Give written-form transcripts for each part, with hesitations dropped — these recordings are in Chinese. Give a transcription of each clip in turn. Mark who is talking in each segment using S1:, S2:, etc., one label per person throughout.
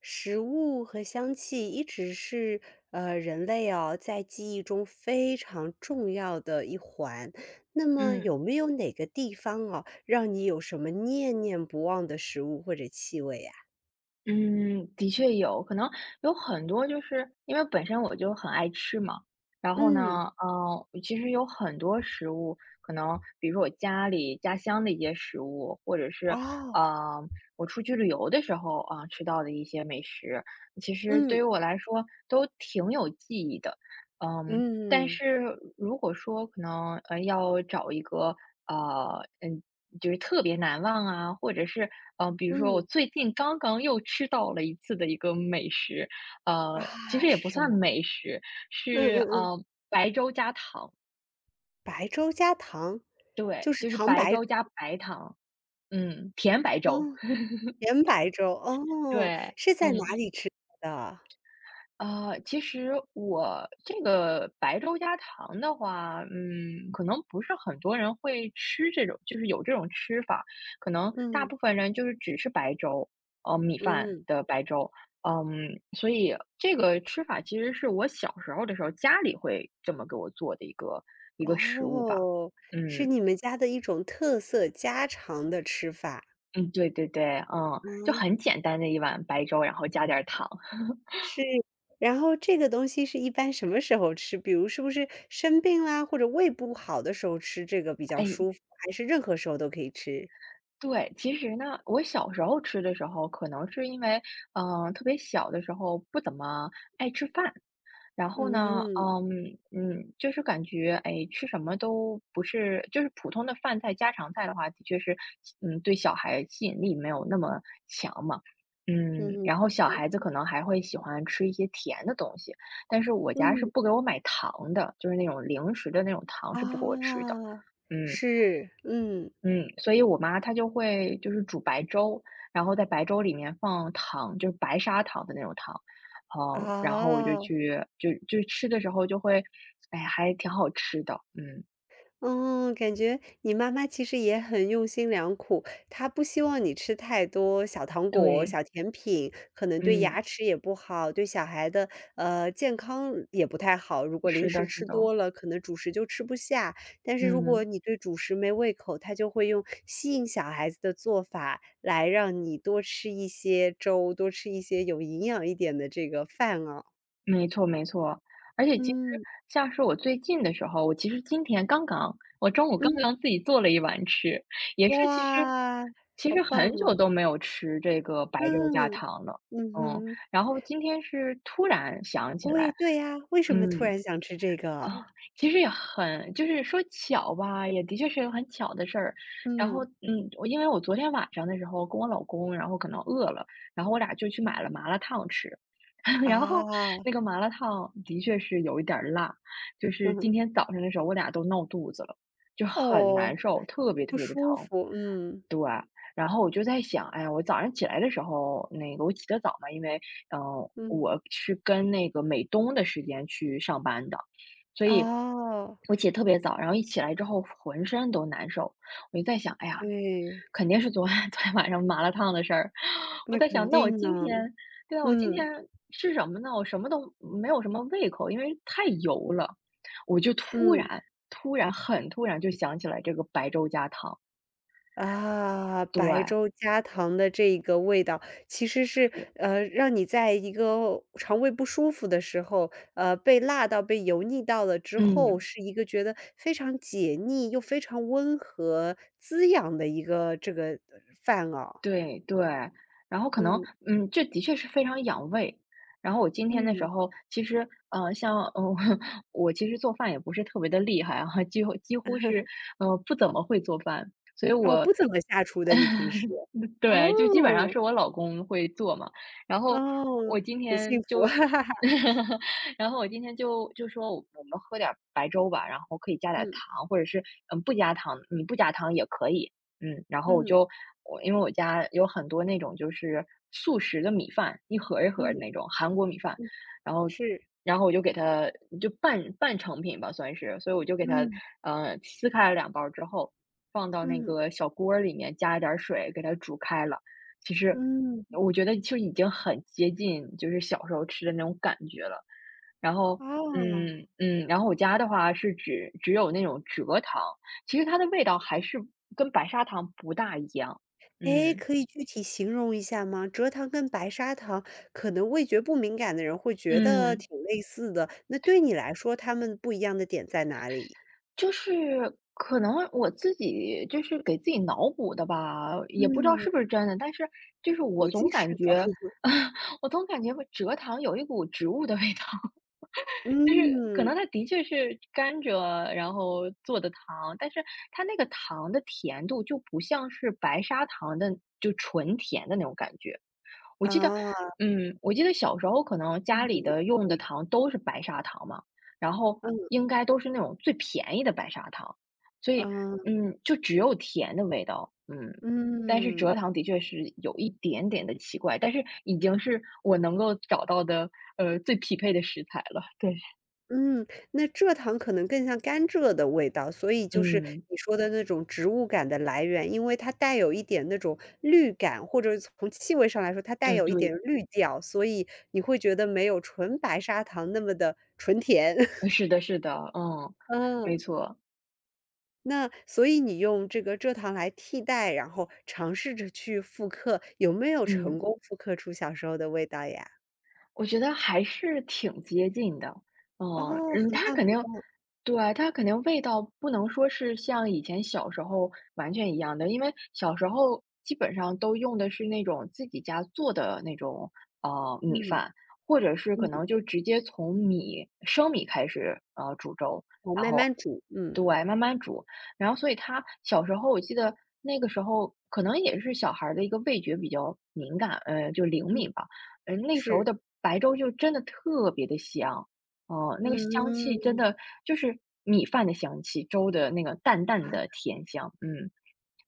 S1: 食物和香气一直是人类哦在记忆中非常重要的一环。那么
S2: 嗯
S1: 有没有哪个地方哦，让你有什么念念不忘的食物或者气味呀、
S2: 嗯，的确有，可能有很多就是因为本身我就很爱吃嘛，然后
S1: 嗯，
S2: 呢，其实有很多食物，可能比如说我家里家乡的一些食物，或者是
S1: 哦，
S2: 呃我出去旅游的时候啊、吃到的一些美食，其实对
S1: 嗯
S2: 于我来说都挺有记忆的。嗯，但
S1: 嗯
S2: 是如果说可能，要找一个，呃，嗯，就是特别难忘啊，或者是比如说我
S1: 嗯，
S2: 最近刚刚又吃到了一次的一个美食，其
S1: 啊，
S2: 实也
S1: 是
S2: 不
S1: 什么？
S2: 算美食，
S1: 嗯
S2: 是，
S1: 嗯嗯，
S2: 白粥加糖，
S1: 白粥加糖，
S2: 对，
S1: 就是
S2: 就是
S1: 糖
S2: 白
S1: 白，
S2: 粥加白糖，嗯，甜白粥，
S1: 嗯，甜白粥，哦，
S2: 对，
S1: 是在
S2: 嗯。
S1: 哪里吃的？
S2: 啊，其实我这个白粥加糖的话，可能不是很多人会吃这种，就是有这种吃法，可能大
S1: 嗯
S2: 部分人就是只吃白粥，米饭
S1: 嗯。
S2: 的白粥，所以这个吃法其实是我小时候的时候家里会这么给我做的一个食物吧，
S1: 哦，是
S2: 嗯
S1: 你们家的一种特色家常的吃法。
S2: 嗯，对对对，就很
S1: 嗯，
S2: 简单的一碗白粥，然后加点儿糖，
S1: 是。然后这个东西是一般什么时候吃？比如是不是生病啦，或者胃不好的时候吃这个比较
S2: 哎，
S1: 舒服，还是任何时候都可以吃？
S2: 对，其实呢，我小时候吃的时候，可能是因为，特别小的时候不怎么爱吃饭，然后呢，
S1: 嗯，
S2: 就是感觉，哎，吃什么都不是，就是普通的饭菜、家常菜的话，的确是，对小孩吸引力没有那么强嘛，
S1: 嗯，
S2: 然后小孩子可能还会喜欢吃一些甜的东西，但是我家是
S1: 嗯，
S2: 不给我买糖的，就是那种零食的那种糖是不给我吃的，
S1: 啊，
S2: 嗯。
S1: 是，嗯，
S2: 嗯，所以我妈她就会就是煮白粥，然后在白粥里面放糖，就是白砂糖的那种糖，然后我就
S1: 啊。
S2: 去就吃的时候就会，哎，还挺好吃的，嗯，
S1: 嗯，感觉你妈妈其实也很用心良苦，她不希望你吃太多小糖果、
S2: 对，
S1: 小甜品，可能对
S2: 嗯，
S1: 牙齿也不好，对小孩的健康也不太好。如果零
S2: 是
S1: 食
S2: 的，是
S1: 吃
S2: 的，
S1: 多了，可能主食就吃不下。但是如果
S2: 嗯。
S1: 你对主食没胃口，她就会用吸引小孩子的做法来让你多吃一些粥，多吃一些有营养一点的这个饭啊。
S2: 没错没错，而且其实
S1: 嗯
S2: 像是我最近的时候，我其实今天刚刚我中午刚
S1: 嗯，
S2: 刚自己做了一碗吃，也是其实
S1: 哇，好棒
S2: 很久
S1: 哦，
S2: 都没有吃这个白肉加
S1: 嗯。
S2: 糖了，
S1: 嗯
S2: 嗯，
S1: 哼，
S2: 然后今天是突然想起
S1: 喂，
S2: 来，
S1: 对呀，为什么突
S2: 嗯。
S1: 然想吃这个？
S2: 啊，其实也很就是说巧吧，也的确是个很巧的事儿。然后，
S1: 嗯，
S2: 我因为我昨天晚上的时候跟我老公，然后可能饿了，然后我俩就去买了麻辣烫吃。然后
S1: 啊，
S2: 那个麻辣烫的确是有一点儿辣，就是今
S1: 嗯，
S2: 天早上的时候我俩都闹肚子了，就很
S1: 哦，
S2: 难受，特别特
S1: 不
S2: 别的
S1: 舒
S2: 疼。
S1: 服，嗯，
S2: 然后我就在想，哎呀，我早上起来的时候，那个我起得早嘛，因为
S1: 嗯，
S2: 我是跟那个美东的时间去上班的，所以
S1: 哦，
S2: 我起得特别早，然后一起来之后浑身都难受，我就在想，哎呀，
S1: 哎，
S2: 肯定是昨天晚上麻辣烫的事儿。我
S1: 那
S2: 在
S1: 肯
S2: 想，那我
S1: 定
S2: 今
S1: 呢，
S2: 天，对啊，我今
S1: 嗯，
S2: 天吃什么呢？我什么都没有什么胃口，因为太油了。我就突
S1: 嗯。
S2: 然突然很突然就想起来这个白粥加汤，
S1: 啊，
S2: 对，
S1: 白粥加糖的这一个味道，其实是，
S2: 是
S1: 让你在一个肠胃不舒服的时候，被辣到、被油腻到了之后，
S2: 嗯。
S1: 是一个觉得非常解腻又非常温和、滋养的一个这个饭哦。
S2: 对对，然后可能，
S1: 嗯，
S2: 这的确是非常养胃。然后我今天的时
S1: 嗯，
S2: 候，其实，像，我其实做饭也不是特别的厉害啊，几乎是，不怎么会做饭。所以
S1: 哦，
S2: 我
S1: 不怎么下厨的，你平时？
S2: 对，就基本上
S1: 哦，
S2: 是我老公会做嘛。然后
S1: 哦，
S2: 我今
S1: 很幸
S2: 天
S1: 福，
S2: 就
S1: 哈哈哈。
S2: 然后我今天就说我们喝点儿白粥吧，然后可以加点儿
S1: 嗯，
S2: 糖，或者是，不加糖你不加糖也可以。然后我
S1: 嗯，
S2: 就我因为我家有很多那种就是速食的米饭，一盒儿一盒儿的
S1: 嗯，
S2: 那种韩国米饭，
S1: 嗯，
S2: 然后
S1: 是，
S2: 然后我就给它就半成品吧算是，所以我就给它，
S1: 嗯，
S2: 撕开了两包之后，放到那
S1: 嗯，
S2: 个小锅儿里面，加一点儿水给它煮开了。其实
S1: 嗯，
S2: 我觉得就已经很接近就是小时候吃的那种感觉了。然后，
S1: 哦。
S2: 然后我家的话是只有那种蔗糖，其实它的味道还是跟白砂糖不大一样。
S1: 诶，
S2: 嗯
S1: 可以具体形容一下吗？蔗糖跟白砂糖，可能味觉不敏感的人会觉得
S2: 嗯，
S1: 挺类似的，那对你来说，他们不一样的点在哪里？
S2: 就是可能我自己就是给自己脑补的吧，也不知道
S1: 嗯，
S2: 是不是真的，但是就是我
S1: 估计
S2: 总
S1: 是
S2: 感
S1: 的。
S2: 觉 我总感觉蔗糖有一股植物的味道。就是可
S1: 嗯，
S2: 能它的确是甘蔗，然后做的糖，但是它那个糖的甜度就不像是白砂糖的就纯甜的那种感觉。我记得，
S1: 啊，
S2: 我记得小时候可能家里
S1: 嗯，
S2: 的用的糖都是白砂糖嘛，然后
S1: 嗯，
S2: 应该都是那种最便宜的白砂糖，所以
S1: 啊，
S2: 就只有甜的味道，嗯。但是
S1: 嗯。
S2: 蔗糖的确是有一点点的奇怪，但是已经是我能够找到的，最匹配的食材了，对。
S1: 嗯，那蔗糖可能更像甘蔗的味道，所以就是
S2: 嗯，
S1: 你说的那种植物感的来源，因为它带有一点那种绿感，或者从气味上来说，它带
S2: 对
S1: 有一
S2: 对，
S1: 点绿调，所以你会觉得没有纯白砂糖那么的纯甜。
S2: 是的是的，嗯，没
S1: 嗯，
S2: 错，
S1: 那所以你用这个蔗糖来替代，然后尝试着去复刻，有没有成
S2: 嗯。
S1: 功复刻出小时候的味道呀？
S2: 我觉得还是挺接近的，嗯
S1: 哦，很
S2: 它
S1: 棒，
S2: 肯定，对，它肯定味道不能说是像以前小时候完全一样的，因为小时候基本上都用的是那种自己家做的那种米
S1: 嗯
S2: 饭，或者是可
S1: 嗯，
S2: 能就直接从生米开始煮粥，
S1: 哦，
S2: 然
S1: 慢
S2: 后
S1: 慢煮，嗯
S2: 对慢慢煮，然后所以他小时候我记得那个时候可能也是小孩儿的一个味觉比较敏感，就灵
S1: 嗯，
S2: 敏吧。那时候
S1: 是，
S2: 的白粥就真的特别的香，哦，那个香气真
S1: 嗯。
S2: 的就是米饭的香气，粥的那个淡淡的
S1: 啊，
S2: 甜香，嗯。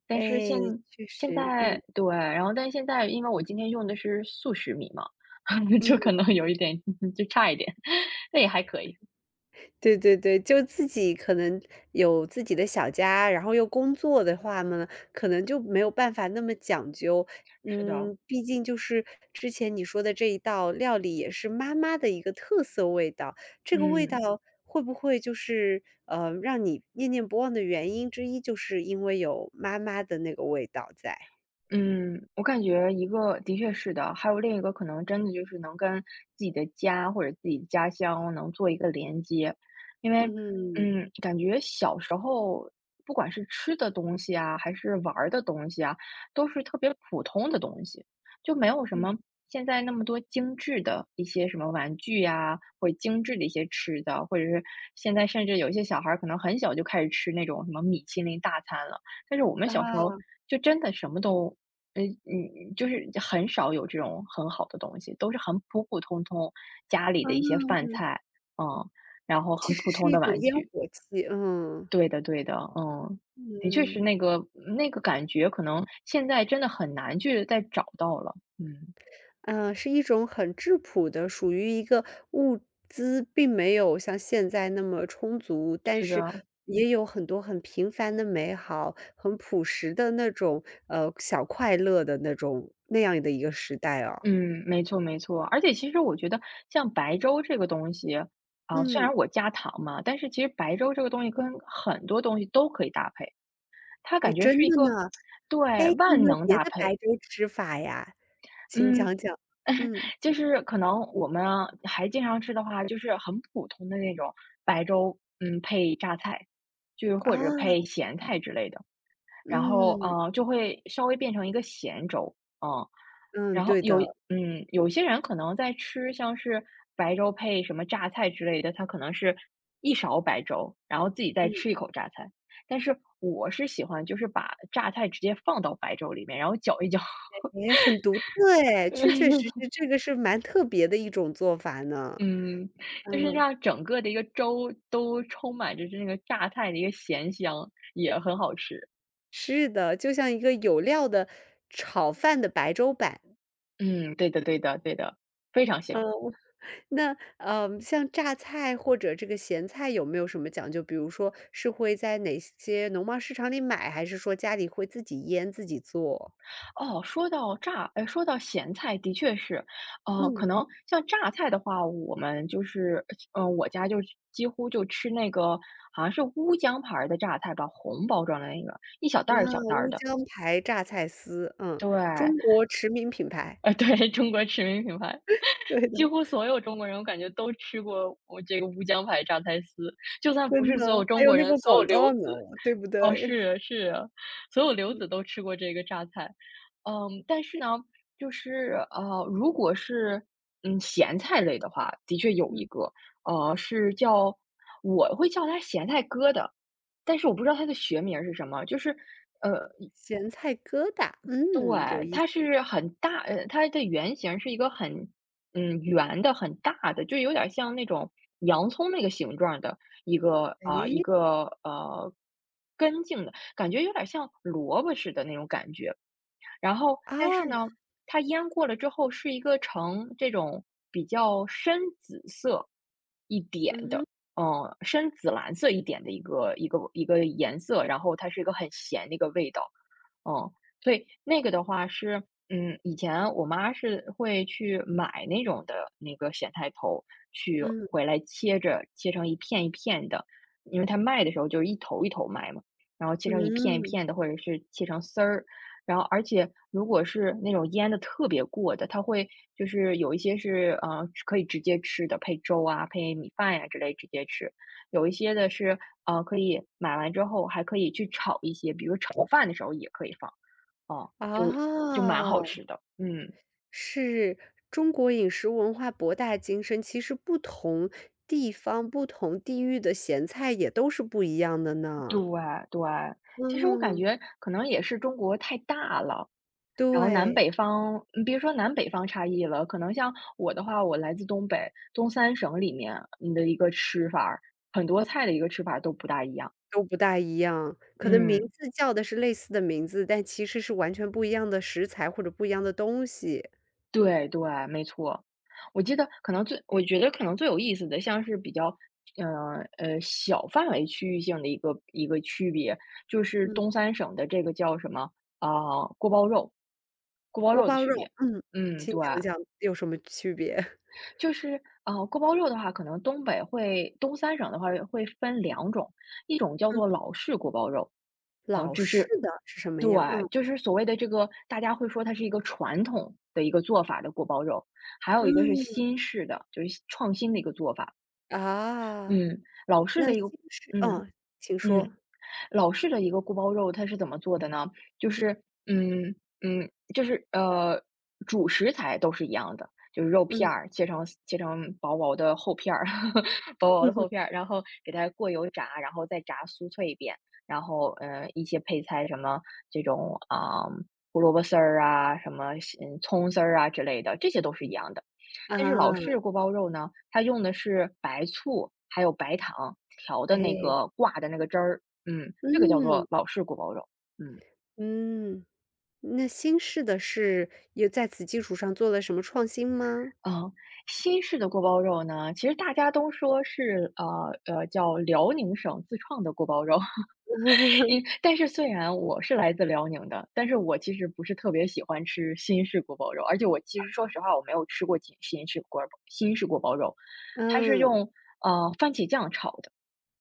S2: 但是
S1: 哎，
S2: 现
S1: 确
S2: 现
S1: 实，嗯
S2: 在对，然后但是现在因为我今天用的是速食米嘛，就可
S1: 嗯，
S2: 能有一点 就差一点，那也还可以，
S1: 对对对，就自己可能有自己的小家，然后又工作的话呢，可能就没有办法那么讲究。
S2: 是的，
S1: 嗯，毕竟就是之前你说的这一道料理也是妈妈的一个特色味道，这个味道
S2: 嗯。
S1: 会不会就是让你念念不忘的原因之一，就是因为有妈妈的那个味道在？
S2: 嗯，我感觉一个的确是的，还有另一个可能真的就是能跟自己的家或者自己的家乡能做一个连接，因为
S1: 嗯
S2: 感觉小时候不管是吃的东西啊，还是玩儿的东西啊，都是特别普通的东西，就没有什
S1: 嗯
S2: 么现在那么多精致的一些什么玩具呀，或者精致的一些吃的，或者是现在甚至有一些小孩儿可能很小就开始吃那种什么米其林大餐了。但是我们小时候
S1: 啊，
S2: 就真的什么都就是很少有这种很好的东西，都是很普普通通家里的一些
S1: 嗯，
S2: 饭菜，嗯，然后
S1: 其
S2: 很
S1: 实
S2: 普
S1: 是
S2: 通
S1: 一
S2: 的
S1: 种
S2: 玩
S1: 烟
S2: 具。
S1: 火气，嗯。
S2: 对的对的，的确是
S1: 嗯，
S2: 那个感觉，可能现在真的很难去再找到了。嗯，
S1: 是一种很质朴的，属于一个物资并没有像现在那么充足，但
S2: 是
S1: 是
S2: 的，
S1: 也有很多很平凡的美好，很朴实的那种，小快乐的那种那样的一个时代哦。
S2: 嗯，没错没错。而且其实我觉得像白粥这个东西，啊，虽
S1: 嗯，
S2: 然我加糖嘛，但是其实白粥这个东西跟很多东西都可以搭配，它
S1: 哎，
S2: 感觉
S1: 真
S2: 是一
S1: 的
S2: 个
S1: 呢。哎，
S2: 对，
S1: 你有
S2: 万
S1: 没有
S2: 能
S1: 别
S2: 搭
S1: 的白
S2: 配。
S1: 粥吃法呀？请
S2: 嗯，
S1: 讲讲。嗯，
S2: 就是可能我们啊还经常吃的话，就是很普通的那种白粥，配榨菜，就是
S1: 啊，
S2: 或者配咸菜之类的，然后
S1: 嗯，
S2: 就会稍微变成一个咸粥，嗯，
S1: 嗯，
S2: 然后
S1: 对的，
S2: 有些人可能在吃像是白粥配什么榨菜之类的，他可能是一勺白粥，然后自己再
S1: 嗯。
S2: 吃一口榨菜，但是我是喜欢就是把榨菜直接放到白粥里面，然后搅一搅。
S1: 哎，很独特哎，确确实 实这个是蛮特别的一种做法呢。
S2: 嗯，就是
S1: 嗯，
S2: 让整个的一个粥都充满着这个榨菜的一个咸香，也很好吃。
S1: 是的，就像一个有料的炒饭的白粥版。
S2: 嗯，对的对的对的，非常
S1: 嗯，
S2: 香。
S1: 那，像榨菜或者这个咸菜有没有什么讲究？比如说是会在哪些农贸市场里买，还是说家里会自己腌自己做？
S2: 哦，说到说到咸菜，的确是，可
S1: 嗯，
S2: 能像榨菜的话，我们就是嗯，我家几乎就吃那个好像是乌江牌儿的榨菜吧，红包装的那个，一小袋儿一小
S1: 那
S2: 袋儿
S1: 乌
S2: 的。
S1: 江牌榨菜丝，嗯，
S2: 对。
S1: 中国驰名品牌。
S2: 对，中国驰名品牌，
S1: 对
S2: 几
S1: 的，
S2: 乎所有中国人我感觉都吃过我这个乌江牌榨菜丝，就算不
S1: 真
S2: 是所
S1: 的，
S2: 有
S1: 还
S2: 中
S1: 有
S2: 国
S1: 那
S2: 人，
S1: 个
S2: 所有
S1: 广
S2: 留
S1: 告呢，
S2: 子
S1: 对不
S2: 哦，
S1: 对？
S2: 是是，所有 留
S1: 嗯
S2: 子都吃过这个榨菜。嗯，但是呢，如果是嗯咸菜类的话，的确有一
S1: 嗯。
S2: 个，呃，是叫我会叫它咸菜疙瘩，但是我不知道它的学名儿是什么，
S1: 咸菜疙瘩，嗯，有
S2: 对，
S1: 意
S2: 它
S1: 思。
S2: 是它的原型是一个很嗯，圆的、很大的，就有点像那种洋葱那个形状的一个啊，呃一
S1: 诶，
S2: 个，呃，根茎的，感觉有点像萝卜似的那种感觉。然后但
S1: 啊，
S2: 是呢，它腌过了之后是一个呈这种比较深紫色一点
S1: 嗯哼，
S2: 的，嗯，深紫蓝色一点的一个颜色，然后它是一个很咸的一个味道。嗯，所以那个的话是，嗯，以前我妈是会去买那种的那个咸菜头，去
S1: 嗯，
S2: 回来切着，切成一片一片的，因为她卖的时候就是一头一头卖嘛，然后切成一片一
S1: 嗯，
S2: 片的，或者是切成丝儿。然后，而且如果是那种腌的特别过的，它会就是有一些是可以直接吃的，配粥啊、配米饭呀、之类直接吃。有一些的是，可以买完之后还可以去炒一些，比如炒饭的时候也可以放，啊，就蛮好
S1: 啊，
S2: 吃的。嗯，
S1: 是中国饮食文化博大精深，其实不同地方、不同地域的咸菜也都是不一样的
S2: 对
S1: 呢。
S2: 对，其实我感
S1: 嗯，
S2: 觉可能也是中国太大了，然后南
S1: 对，
S2: 北方，嗯，别说南北方差异了，可能像我的话，我来自东北，东三省里面，你的一个吃法儿，很多菜的一个吃法儿都不大一样。
S1: 都不大一样，可能名
S2: 嗯。
S1: 字叫的是类似的名字，但其实是完全不一样的食材或者不一样的东西。
S2: 对对，没错。我记得可能最我觉得可能最有意思的，像是比较，呃小范围区域性的一个区别，就是
S1: 嗯，
S2: 东三省的这个叫什么啊、锅包肉，锅包
S1: 锅
S2: 肉的
S1: 包
S2: 区
S1: 肉，
S2: 别。
S1: 嗯，
S2: 嗯，
S1: 请
S2: 对。
S1: 讲讲有什么区别？
S2: 就是，锅包肉的话，可能东北会东三省的话会分两种，一种叫 做老式锅包肉，呃，
S1: 老
S2: 就
S1: 式
S2: 是
S1: 的是什么
S2: 对，
S1: 样？嗯，
S2: 就是所谓的这个大家会说它是一个传统的一个做法的锅包肉，还有一个是
S1: 嗯，
S2: 新式的，就是创新的一个做法。
S1: 啊，
S2: 嗯，老式
S1: 那
S2: 的一个
S1: 新式
S2: 嗯，
S1: 哦，请说。
S2: 嗯。老式的一个锅包肉它是怎么做的呢？就是，嗯，就是主食材都是一样的，就是肉片
S1: 嗯
S2: 儿切成薄薄的厚片儿，薄薄的厚 片儿，然后给它过油炸，然后再炸酥脆一遍，然后一些配菜什么这种啊、胡萝卜丝儿啊，什么嗯葱丝儿啊之类的，这些都是一样的。但是老
S1: 啊，
S2: 式锅包肉呢，它用的是白醋还有白糖调的那
S1: 哎，
S2: 个挂的那个汁儿，嗯，这个叫
S1: 嗯，
S2: 做老式锅包肉。嗯，
S1: 嗯，那新式的是也在此基础上做了什么创新吗？
S2: 呃，新式的锅包肉呢，其实大家都说是，叫辽宁省自创的锅包肉。因 但是虽然我是来自辽宁的，但是我其实不是特别喜欢吃新式锅包肉，而且我其实说实话我没有吃过新式锅包肉。它是
S1: 嗯，
S2: 用，番茄酱炒的，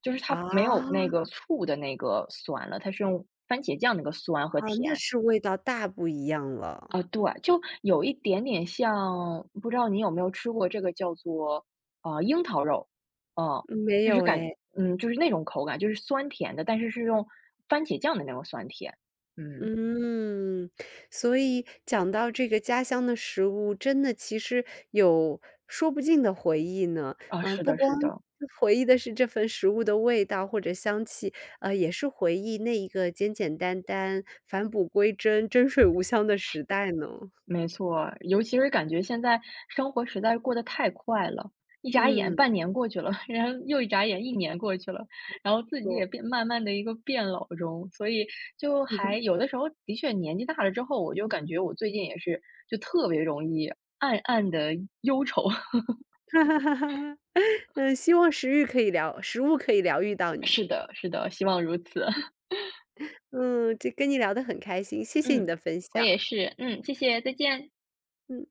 S2: 就是它没有
S1: 啊，
S2: 那个醋的那个酸了，它是用番茄酱那个酸和
S1: 好，
S2: 甜
S1: 那是味道大不一样了。
S2: 啊，对，就有一点点像，不知道你有没有吃过这个叫做啊樱桃肉，嗯，
S1: 没
S2: 就
S1: 有
S2: 是感，
S1: 哎。
S2: 嗯，就是那种口感，就是酸甜的，但是是用番茄酱的那种酸甜，嗯，
S1: 嗯，所以讲到这个家乡的食物，真的其实有说不尽的回忆呢。
S2: 啊，
S1: 嗯，
S2: 是
S1: 不
S2: 的，
S1: 光
S2: 是的，
S1: 回忆的是这份食物的味道或者香气，也是回忆那一个简简单单、返璞归真、真水无香的时代呢。
S2: 没错，尤其是感觉现在生活实在是过得太快了，一眨眼
S1: 嗯，
S2: 半年过去了，然后又一眨眼一年过去了，然后自己也
S1: 我，
S2: 变慢慢的一个变老中，所以就还 有的时候的确年纪大了之后，我就感觉我最近也是就特别容易暗暗的忧愁。
S1: 哈哈哈哈嗯，希望食欲可以疗食物可以疗愈到你。
S2: 是的，是的，希望如此。
S1: 嗯，这跟你聊得很开心，谢 谢你
S2: 嗯，
S1: 的分
S2: 我
S1: 享。
S2: 也是。嗯，谢谢，再见。
S1: 嗯。